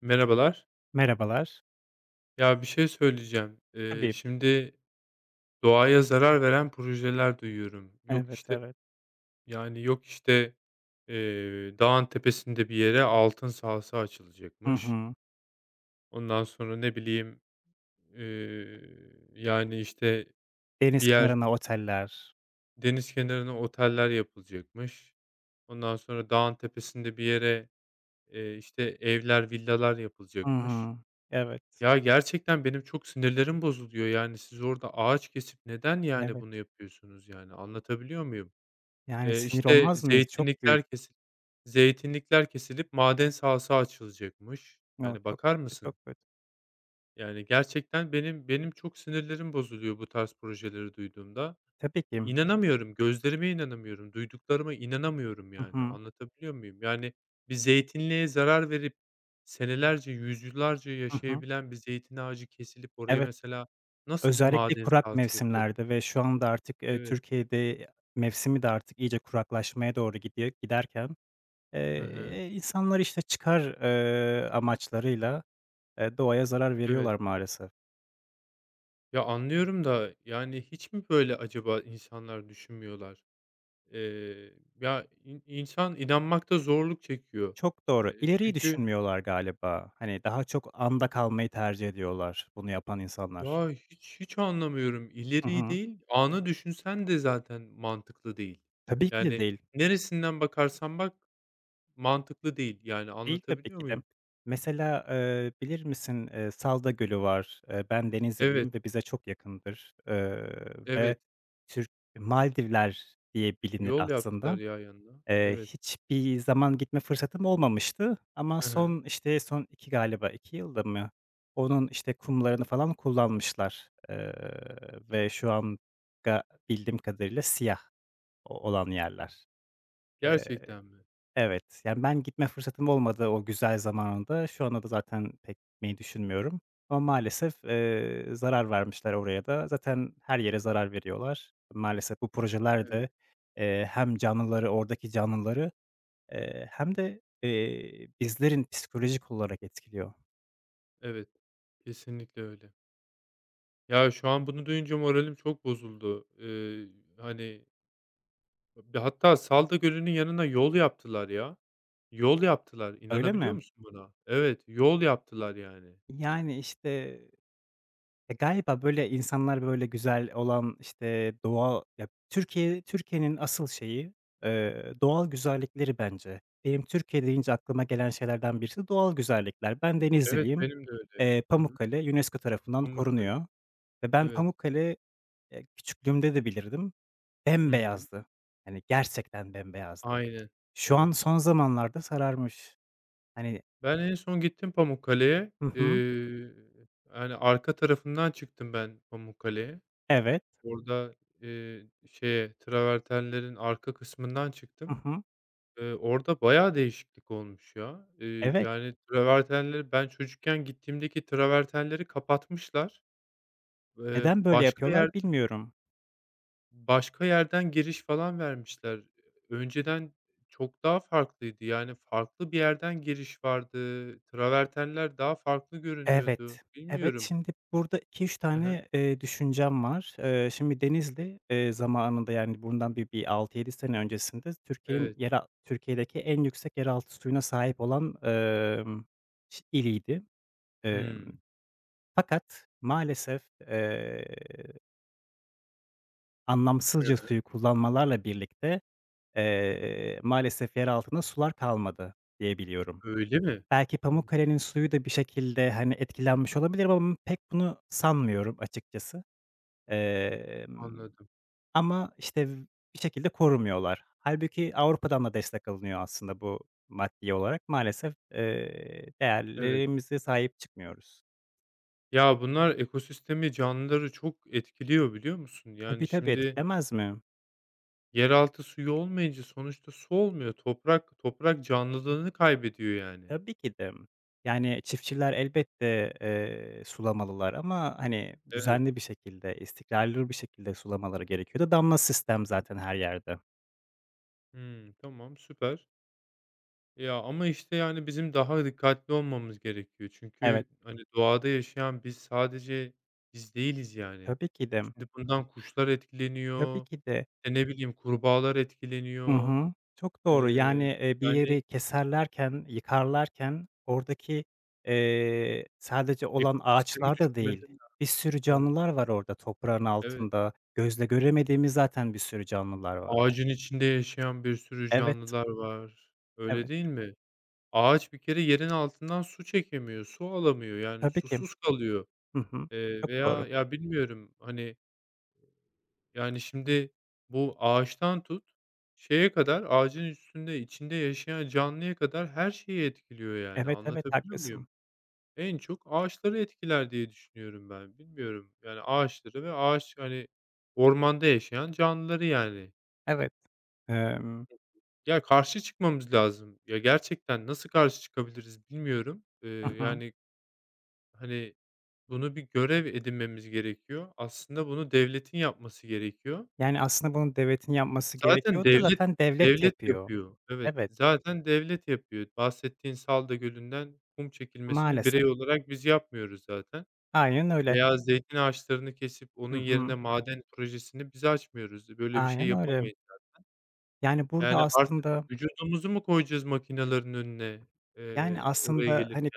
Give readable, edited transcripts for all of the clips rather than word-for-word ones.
Merhabalar. Merhabalar. Ya bir şey söyleyeceğim. Tabii. Şimdi doğaya zarar veren projeler duyuyorum. Yok Evet, işte evet. yani yok işte dağın tepesinde bir yere altın sahası Hı açılacakmış. hı. Ondan sonra ne bileyim eee, yani işte bir Deniz yer kenarına oteller. deniz kenarına oteller yapılacakmış. Ondan sonra dağın tepesinde bir yere işte evler villalar Hı yapılacakmış. hı. Evet, Ya, gerçekten benim çok sinirlerim bozuluyor. Yani, siz orada ağaç kesip neden, yani, evet. bunu yapıyorsunuz, yani? Anlatabiliyor muyum? Yani, sinir İşte, olmaz mıyız? Çok büyük. zeytinlikler kesilip zeytinlikler kesilip maden sahası açılacakmış. O, Yani, çok bakar kötü, çok mısın? kötü. Yani, gerçekten benim çok sinirlerim bozuluyor bu tarz projeleri duyduğumda. Tabii E, ki. inanamıyorum, gözlerime inanamıyorum, duyduklarıma inanamıyorum Hı yani, hı. anlatabiliyor muyum? Yani, bir zeytinliğe zarar verip senelerce, yüzyıllarca Hı hı. yaşayabilen bir zeytin ağacı kesilip oraya Evet. mesela nasıl bir Özellikle maden kurak sahası yapılabilir? mevsimlerde ve şu anda artık, Evet. Türkiye'de mevsimi de artık iyice kuraklaşmaya doğru gidiyor giderken, Hı hı. İnsanlar, işte, çıkar, amaçlarıyla, doğaya zarar Evet. veriyorlar maalesef. Ya, anlıyorum da, yani, hiç mi böyle acaba insanlar düşünmüyorlar? Eee, Ya, insan inanmakta zorluk çekiyor. Çok doğru. İleriyi Çünkü düşünmüyorlar galiba. Hani, daha çok anda kalmayı tercih ediyorlar bunu yapan insanlar. Ya, hiç anlamıyorum. Hı İleriyi hı. değil, anı düşünsen de zaten mantıklı değil. Tabii ki de Yani, değil. neresinden bakarsan bak mantıklı değil. Yani, Değil tabii anlatabiliyor ki de. muyum? Mesela, bilir misin, Salda Gölü var. Ben Evet, Denizliliyim ve bize çok yakındır. Ve evet. Türk Maldivler diye bilinir Yol yaptılar aslında. ya yanına. Evet. Hiçbir zaman gitme fırsatım olmamıştı ama Hı hı. son, işte, son 2 galiba 2 yılda mı, onun, işte, kumlarını falan kullanmışlar, ve şu an ga bildiğim kadarıyla siyah o olan yerler. Eee, Gerçekten mi? evet, yani, ben gitme fırsatım olmadı o güzel zamanında. Şu anda da zaten pek gitmeyi düşünmüyorum ama maalesef, zarar vermişler oraya da. Zaten her yere zarar veriyorlar. Maalesef bu projeler Evet, de, hem canlıları, oradaki canlıları, hem de, bizlerin psikolojik olarak etkiliyor. evet. Kesinlikle öyle. Ya, şu an bunu duyunca moralim çok bozuldu. Hani, hatta Salda Gölü'nün yanına yol yaptılar ya. Yol yaptılar. Öyle İnanabiliyor mi? musun buna? Evet, yol yaptılar yani. Yani, işte, galiba böyle insanlar böyle güzel olan, işte, doğal ya, Türkiye'nin asıl şeyi, doğal güzellikleri bence. Benim Türkiye deyince aklıma gelen şeylerden birisi doğal güzellikler. Ben Evet, Denizliliyim. benim de öyle ya. Hı hı. Pamukkale UNESCO tarafından Pamukkale. korunuyor ve ben Evet. Pamukkale, küçüklüğümde de bilirdim. Hı hı. Bembeyazdı. Hani, gerçekten bembeyazdı. Aynen. Şu an Evet. son zamanlarda sararmış. Hani Ben en son gittim Pamukkale'ye. Hı hı. Yani, arka tarafından çıktım ben Pamukkale'ye. Evet. Orada, şeye, travertenlerin arka kısmından Hı çıktım. hı. Orada bayağı değişiklik olmuş ya. Evet. Yani, travertenleri ben çocukken gittiğimdeki travertenleri kapatmışlar. Eee, Neden böyle başka yer yapıyorlar bilmiyorum. Başka yerden giriş falan vermişler. Önceden çok daha farklıydı. Yani, farklı bir yerden giriş vardı. Travertenler daha farklı görünüyordu. Evet, evet. Bilmiyorum. Şimdi burada iki üç Hı hı. tane, düşüncem var. Şimdi Denizli, zamanında, yani, bundan bir 6 7 sene öncesinde Evet. Türkiye'deki en yüksek yeraltı suyuna sahip olan, iliydi. Emm, Hımm. fakat maalesef, eee, anlamsızca Hı. suyu kullanmalarla birlikte, maalesef yer altında sular kalmadı diye biliyorum. Öyle mi? Belki Hımm. Pamukkale'nin suyu da bir şekilde, hani, etkilenmiş olabilir ama pek bunu sanmıyorum açıkçası. Emm, Anladım. ama, işte, bir şekilde korumuyorlar. Hâlbuki Avrupa'dan da destek alınıyor aslında bu maddi olarak. Maalesef, Evet. değerlerimize sahip çıkmıyoruz. Ya, bunlar ekosistemi, canlıları çok etkiliyor, biliyor musun? Tabii, Yani, tabii, şimdi etkilemez mi? yeraltı suyu olmayınca sonuçta su olmuyor. Toprak canlılığını kaybediyor, yani. Tabii ki de. Yani, çiftçiler elbette, sulamalılar ama, hani, Evet. düzenli bir şekilde, istikrarlı bir şekilde sulamaları gerekiyor da damla sistem zaten her yerde. Hımm. Tamam, süper. Ya, ama, işte, yani, bizim daha dikkatli olmamız gerekiyor. Evet. Çünkü, hani, doğada yaşayan biz sadece biz değiliz, yani. Tabii ki de, Şimdi bundan kuşlar tabii etkileniyor, ki de. e, ne bileyim, kurbağalar Hı etkileniyor. hı. Çok doğru. Yani, Eee, bir yani, yeri keserlerken, yıkarlarken oradaki, sadece olan ekosistemi ağaçlar da değil, düşünmeden bir sürü evet, canlılar var orada toprağın evet. altında. Gözle göremediğimiz zaten bir sürü canlılar var. Ağacın içinde yaşayan bir sürü Evet, canlılar var. Öyle evet. değil mi? Ağaç bir kere yerin altından su çekemiyor, su alamıyor, yani, Tabii ki. susuz kalıyor. Hı hı. Çok Veya, doğru. ya, bilmiyorum, hani yani, şimdi bu ağaçtan tut, şeye kadar, ağacın üstünde, içinde yaşayan canlıya kadar her şeyi etkiliyor yani. Evet, evet, Anlatabiliyor muyum? haklısın. En çok ağaçları etkiler diye düşünüyorum ben. Bilmiyorum, yani, ağaçları ve ağaç, hani, ormanda yaşayan canlıları yani. Evet. Emm, Ya, karşı çıkmamız lazım. Ya, gerçekten nasıl karşı çıkabiliriz bilmiyorum. Hı hı. Yani, hani, bunu bir görev edinmemiz gerekiyor. Aslında bunu devletin yapması gerekiyor. Yani, aslında bunu devletin yapması Zaten gerekiyor da devlet zaten devlet devlet yapıyor. yapıyor. Evet, Evet, zaten devlet yapıyor. Bahsettiğin Salda Gölü'nden kum çekilmesini maalesef. birey olarak biz yapmıyoruz zaten Aynen öyle. veya zeytin ağaçlarını kesip Hı onun yerine hı. maden projesini biz açmıyoruz. Böyle bir şey Aynen öyle. yapamayız. Yani, burada Yani artık aslında, vücudumuzu mu koyacağız makinelerin önüne, yani, oraya aslında, gelip? hani,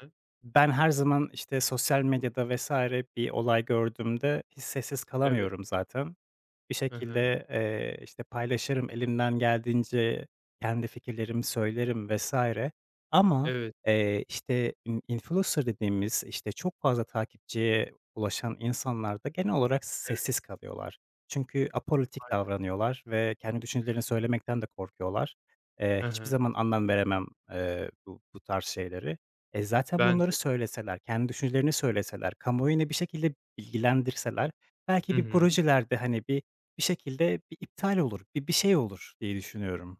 Hı hı. ben her zaman, işte, sosyal medyada vesaire bir olay gördüğümde hiç sessiz Evet. kalamıyorum zaten. Bir Hı hı. şekilde, işte, paylaşırım, elimden geldiğince kendi fikirlerimi söylerim vesaire ama, Evet, işte, influencer dediğimiz, işte, çok fazla takipçiye ulaşan insanlar da genel olarak evet, sessiz kalıyorlar. Çünkü apolitik aynen. davranıyorlar ve kendi düşüncelerini söylemekten de korkuyorlar. Hı Hiçbir hı. zaman anlam veremem, bu tarz şeyleri. Zaten Ben bunları de. söyleseler, kendi düşüncelerini söyleseler, kamuoyunu bir şekilde bilgilendirseler, Hı belki bir hı. projelerde, hani, bir şekilde bir iptal olur, bir şey olur diye düşünüyorum.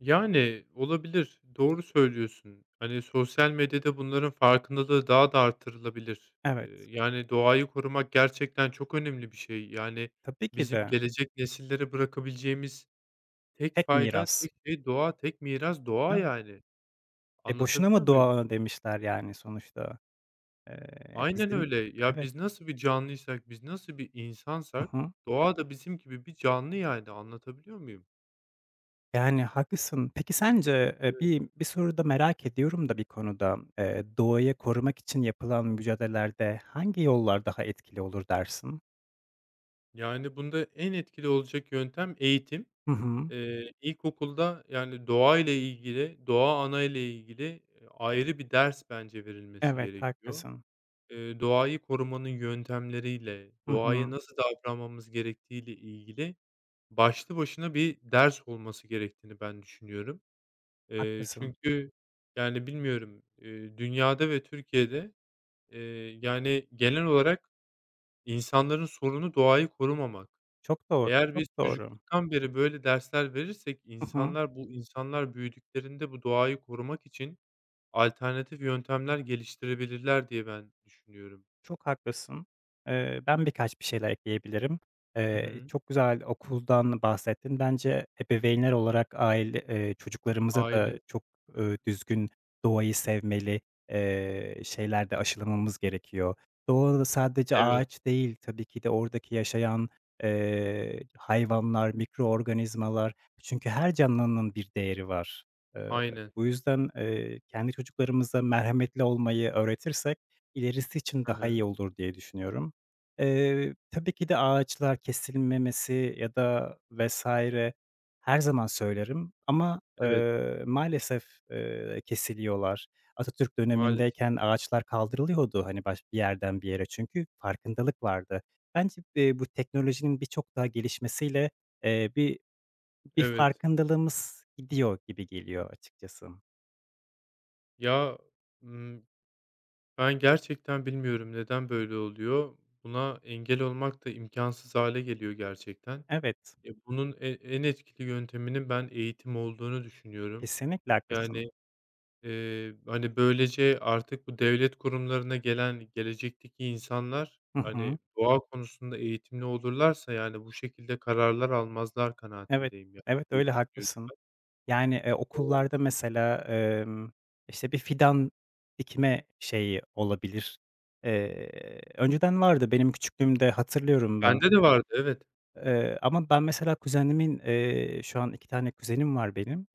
Yani, olabilir. Doğru söylüyorsun. Hani, sosyal medyada bunların farkındalığı daha da artırılabilir. Evet, Yani, doğayı korumak gerçekten çok önemli bir şey. Yani, tabii ki bizim de. gelecek nesillere bırakabileceğimiz tek Tek fayda, miras. tek şey doğa, tek miras doğa, Evet. yani. Boşuna Anlatabiliyor mı muyum? doğa demişler yani sonuçta. Aynen Bizim öyle. Ya, Evet. biz nasıl bir canlıysak, biz nasıl bir Hı insansak hı. doğa da bizim gibi bir canlı, yani. Anlatabiliyor muyum? Yani haklısın. Peki sence, Evet. bir soruda merak ediyorum da bir konuda, doğayı korumak için yapılan mücadelelerde hangi yollar daha etkili olur dersin? Yani, bunda en etkili olacak yöntem eğitim. Hı hı. İlkokulda, yani, doğa ile ilgili, doğa ana ile ilgili, ayrı bir ders bence verilmesi Evet, gerekiyor. haklısın. Doğayı korumanın yöntemleriyle, Hı doğaya hı. nasıl davranmamız gerektiğiyle ilgili başlı başına bir ders olması gerektiğini ben düşünüyorum. Eee, Haklısın. çünkü, yani, bilmiyorum, dünyada ve Türkiye'de, yani, genel olarak insanların sorunu doğayı korumamak. Çok doğru, Eğer çok biz doğru. çocukluktan beri böyle dersler verirsek Hı hı. insanlar bu insanlar büyüdüklerinde bu doğayı korumak için alternatif yöntemler geliştirebilirler diye ben düşünüyorum. Çok haklısın. Ben birkaç bir şeyler ekleyebilirim. Hı hı. Çok güzel okuldan bahsettin. Bence ebeveynler olarak aile çocuklarımıza da Aile. çok, Hı hı. Düzgün doğayı sevmeli, şeyler aşılamamız gerekiyor. Doğa da sadece Evet, ağaç değil, tabii ki de oradaki yaşayan, hayvanlar, mikroorganizmalar. Çünkü her canlının bir değeri var. Eee, aynen. bu yüzden, kendi çocuklarımıza merhametli olmayı öğretirsek İlerisi için Hı daha iyi hı. olur diye düşünüyorum. Tabii ki de ağaçlar kesilmemesi ya da vesaire. Her zaman söylerim ama, Evet, maalesef, kesiliyorlar. Atatürk maalesef. dönemindeyken ağaçlar kaldırılıyordu, hani, bir yerden bir yere çünkü farkındalık vardı. Bence, bu teknolojinin birçok daha gelişmesiyle, eee, bir bir Evet. farkındalığımız gidiyor gibi geliyor açıkçası. Ya, ımm, ben gerçekten bilmiyorum neden böyle oluyor. Buna engel olmak da imkansız hale geliyor gerçekten. Evet, E, bunun e en etkili yönteminin ben eğitim olduğunu düşünüyorum. kesinlikle haklısın. Yani hani, böylece artık bu devlet kurumlarına gelen gelecekteki insanlar, Hı hani, hı. doğa konusunda eğitimli olurlarsa, yani, bu şekilde kararlar almazlar Evet, kanaatindeyim ya evet, diye öyle, düşünüyorum. haklısın. Yani, Eee, okullarda mesela, işte, bir fidan dikme şeyi olabilir. Önceden vardı, benim küçüklüğümde hatırlıyorum ben. bende de vardı, evet. Ama ben mesela kuzenimin, şu an 2 tane kuzenim var benim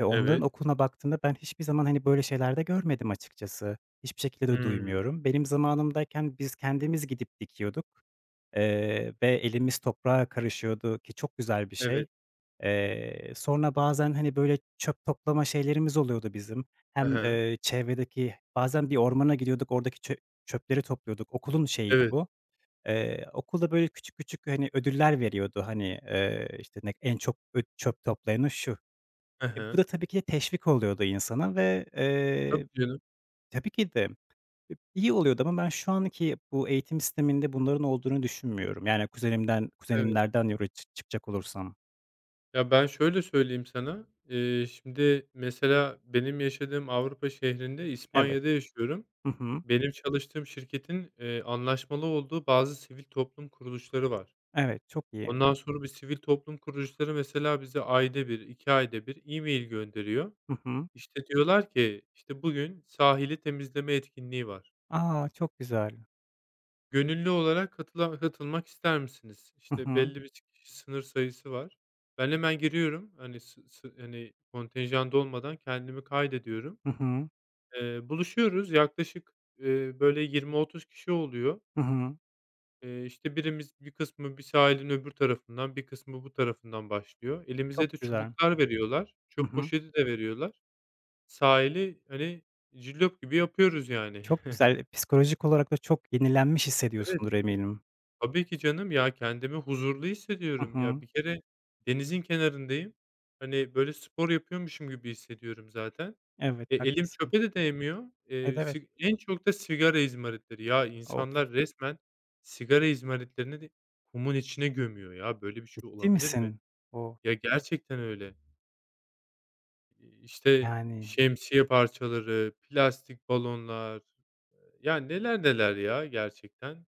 ve onların Evet. okuluna baktığımda ben hiçbir zaman, hani, böyle şeylerde görmedim açıkçası. Hiçbir şekilde de Hımm. duymuyorum. Benim zamanımdayken biz kendimiz gidip dikiyorduk, ve elimiz toprağa karışıyordu ki çok güzel bir şey. Evet. Sonra bazen, hani, böyle, çöp toplama şeylerimiz oluyordu bizim. Hı Hem, hı. Çevredeki bazen bir ormana gidiyorduk, oradaki çöpleri topluyorduk. Okulun şeyiydi Evet. bu. Okulda, böyle, küçük küçük, hani, ödüller veriyordu. Hani, işte, ne en çok çöp toplayanı şu. Hı Bu da hı. tabii ki de teşvik oluyordu insana ve, Tabii canım. tabii ki de iyi oluyordu ama ben şu anki bu eğitim sisteminde bunların olduğunu düşünmüyorum. Yani kuzenimden Evet. kuzenimlerden yola çıkacak olursam. Ya, ben şöyle söyleyeyim sana, şimdi mesela benim yaşadığım Avrupa şehrinde Evet. İspanya'da yaşıyorum. Hı hı. Benim çalıştığım şirketin, anlaşmalı olduğu bazı sivil toplum kuruluşları var. Evet, çok iyi. Ondan sonra bu sivil toplum kuruluşları mesela bize ayda bir, 2 ayda bir e-mail gönderiyor. Hı hı. İşte, diyorlar ki, işte, "Bugün sahili temizleme etkinliği var. A, çok güzel. Gönüllü olarak katılmak ister misiniz?" Hı İşte, hı. belli bir kişi sınır sayısı var. Ben hemen giriyorum. Hani, sı sı hani, kontenjanda olmadan kendimi kaydediyorum. Hı hı. Buluşuyoruz. Yaklaşık, böyle 20-30 kişi oluyor. Hı hı. İşte, bir kısmı bir sahilin öbür tarafından, bir kısmı bu tarafından başlıyor. Çok Elimize de güzel. çubuklar veriyorlar. Hı Çöp hı. poşeti de veriyorlar. Sahili, hani, cillop gibi yapıyoruz yani. Çok güzel. Psikolojik olarak da çok yenilenmiş Evet, hissediyorsundur eminim. tabii ki canım ya, kendimi huzurlu Hı hissediyorum. Ya, hı. bir kere denizin kenarındayım. Hani, böyle, spor yapıyormuşum gibi hissediyorum zaten. Evet, E, elim haklısın. çöpe de değmiyor. Evet, evet. Sig en çok da sigara izmaritleri. Ya, Of! insanlar resmen sigara izmaritlerini de kumun içine gömüyor ya. Böyle bir şey Ciddi olabilir misin? mi? O! Ya, gerçekten öyle. İşte, Yani şemsiye parçaları, plastik balonlar, ya, neler neler ya gerçekten.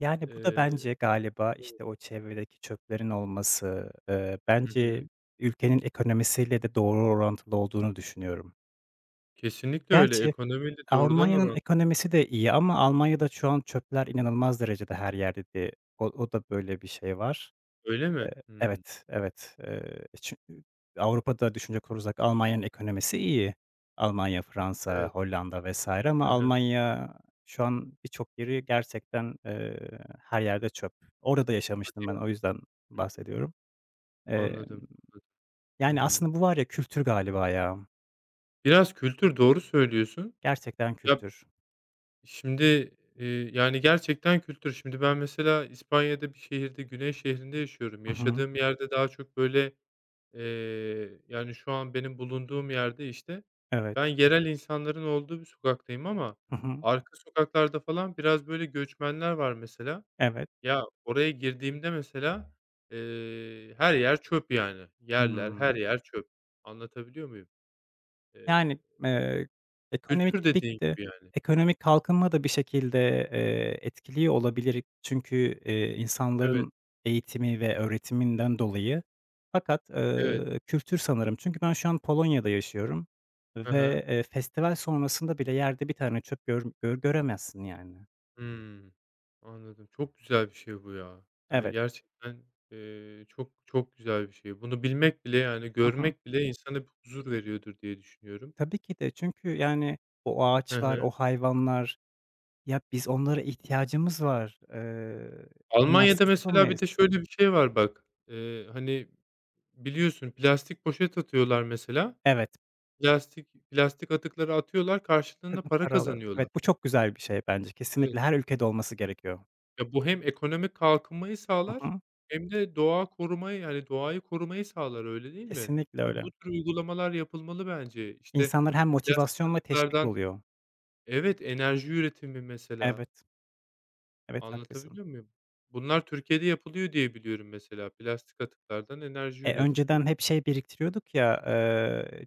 yani, bu da Eee bence galiba, Evet. işte, o çevredeki çöplerin olması, Hı bence hı. ülkenin ekonomisiyle de doğru orantılı olduğunu düşünüyorum. Kesinlikle öyle. Gerçi Ekonomiyle doğrudan Almanya'nın oran. ekonomisi de iyi ama Almanya'da şu an çöpler inanılmaz derecede her yerde diye. O da böyle bir şey var. Öyle mi? Hımm. Evet, evet. Avrupa'da düşünecek olursak Almanya'nın ekonomisi iyi. Almanya, Fransa, Evet. Hollanda vesaire ama Hı hı. Almanya şu an birçok yeri gerçekten, her yerde çöp. Orada da Hadi yaşamıştım ben, ya. o yüzden Hımm. bahsediyorum. Emm, Anladım, anladım. Hı yani, hı. aslında bu var ya, kültür galiba ya. Biraz kültür, doğru söylüyorsun. Gerçekten Ya kültür. şimdi, yani, gerçekten kültür. Şimdi ben mesela İspanya'da bir şehirde, güney şehrinde yaşıyorum. Hı hı. Yaşadığım yerde daha çok, böyle, yani, şu an benim bulunduğum yerde, işte, Evet. ben yerel insanların olduğu bir sokaktayım ama Hı hı. arka sokaklarda falan biraz, böyle, göçmenler var mesela. Evet. Ya, oraya girdiğimde mesela, her yer çöp yani. Yerler, Hıı. her yer çöp. Anlatabiliyor muyum? Eee, Yani, ekonomik kültür tabii ki dediğin de gibi yani. ekonomik kalkınma da bir şekilde, etkiliyor olabilir. Çünkü, Evet, insanların eğitimi ve öğretiminden dolayı. Fakat, evet. Kültür sanırım. Çünkü ben şu an Polonya'da yaşıyorum ve, Hı. Festival sonrasında bile yerde bir tane çöp göremezsin yani. Hımm. Anladım. Çok güzel bir şey bu ya. Yani, Evet. gerçekten, çok çok güzel bir şey. Bunu bilmek bile, yani, Hı hı. görmek bile insana bir huzur veriyordur diye düşünüyorum. Tabii ki de çünkü yani o Hı ağaçlar, hı. o hayvanlar, ya, biz onlara ihtiyacımız var. Almanya'da Onlarsız mesela bir de yapamayız. şöyle bir şey var bak, hani, biliyorsun plastik poşet atıyorlar mesela. Evet. Plastik atıkları atıyorlar, karşılığında para Para alıyorlar. kazanıyorlar. Evet, bu çok güzel bir şey bence. Kesinlikle her ülkede olması gerekiyor. Ya, bu hem ekonomik kalkınmayı Hı sağlar hı. hem de doğa korumayı, yani, doğayı korumayı sağlar, öyle değil mi? Kesinlikle Ya, öyle. bu tür uygulamalar yapılmalı bence. İşte, İnsanlar hem plastik motivasyonla teşvik atıklardan oluyor. evet, enerji üretimi mesela. Evet, evet haklısın. Anlatabiliyor muyum? Bunlar Türkiye'de yapılıyor diye biliyorum mesela. Plastik atıklardan enerji üretiliyor. Önceden hep şey biriktiriyorduk ya,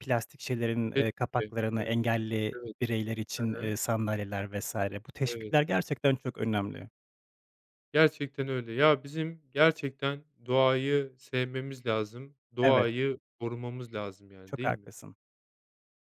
plastik şeylerin, Kesinlikle. kapaklarını Evet, engelli evet, bireyler hı için, hı, sandalyeler vesaire. Bu evet. teşvikler gerçekten çok önemli. Gerçekten öyle. Ya, bizim gerçekten doğayı sevmemiz lazım, Evet, doğayı korumamız lazım, yani, çok değil mi? haklısın.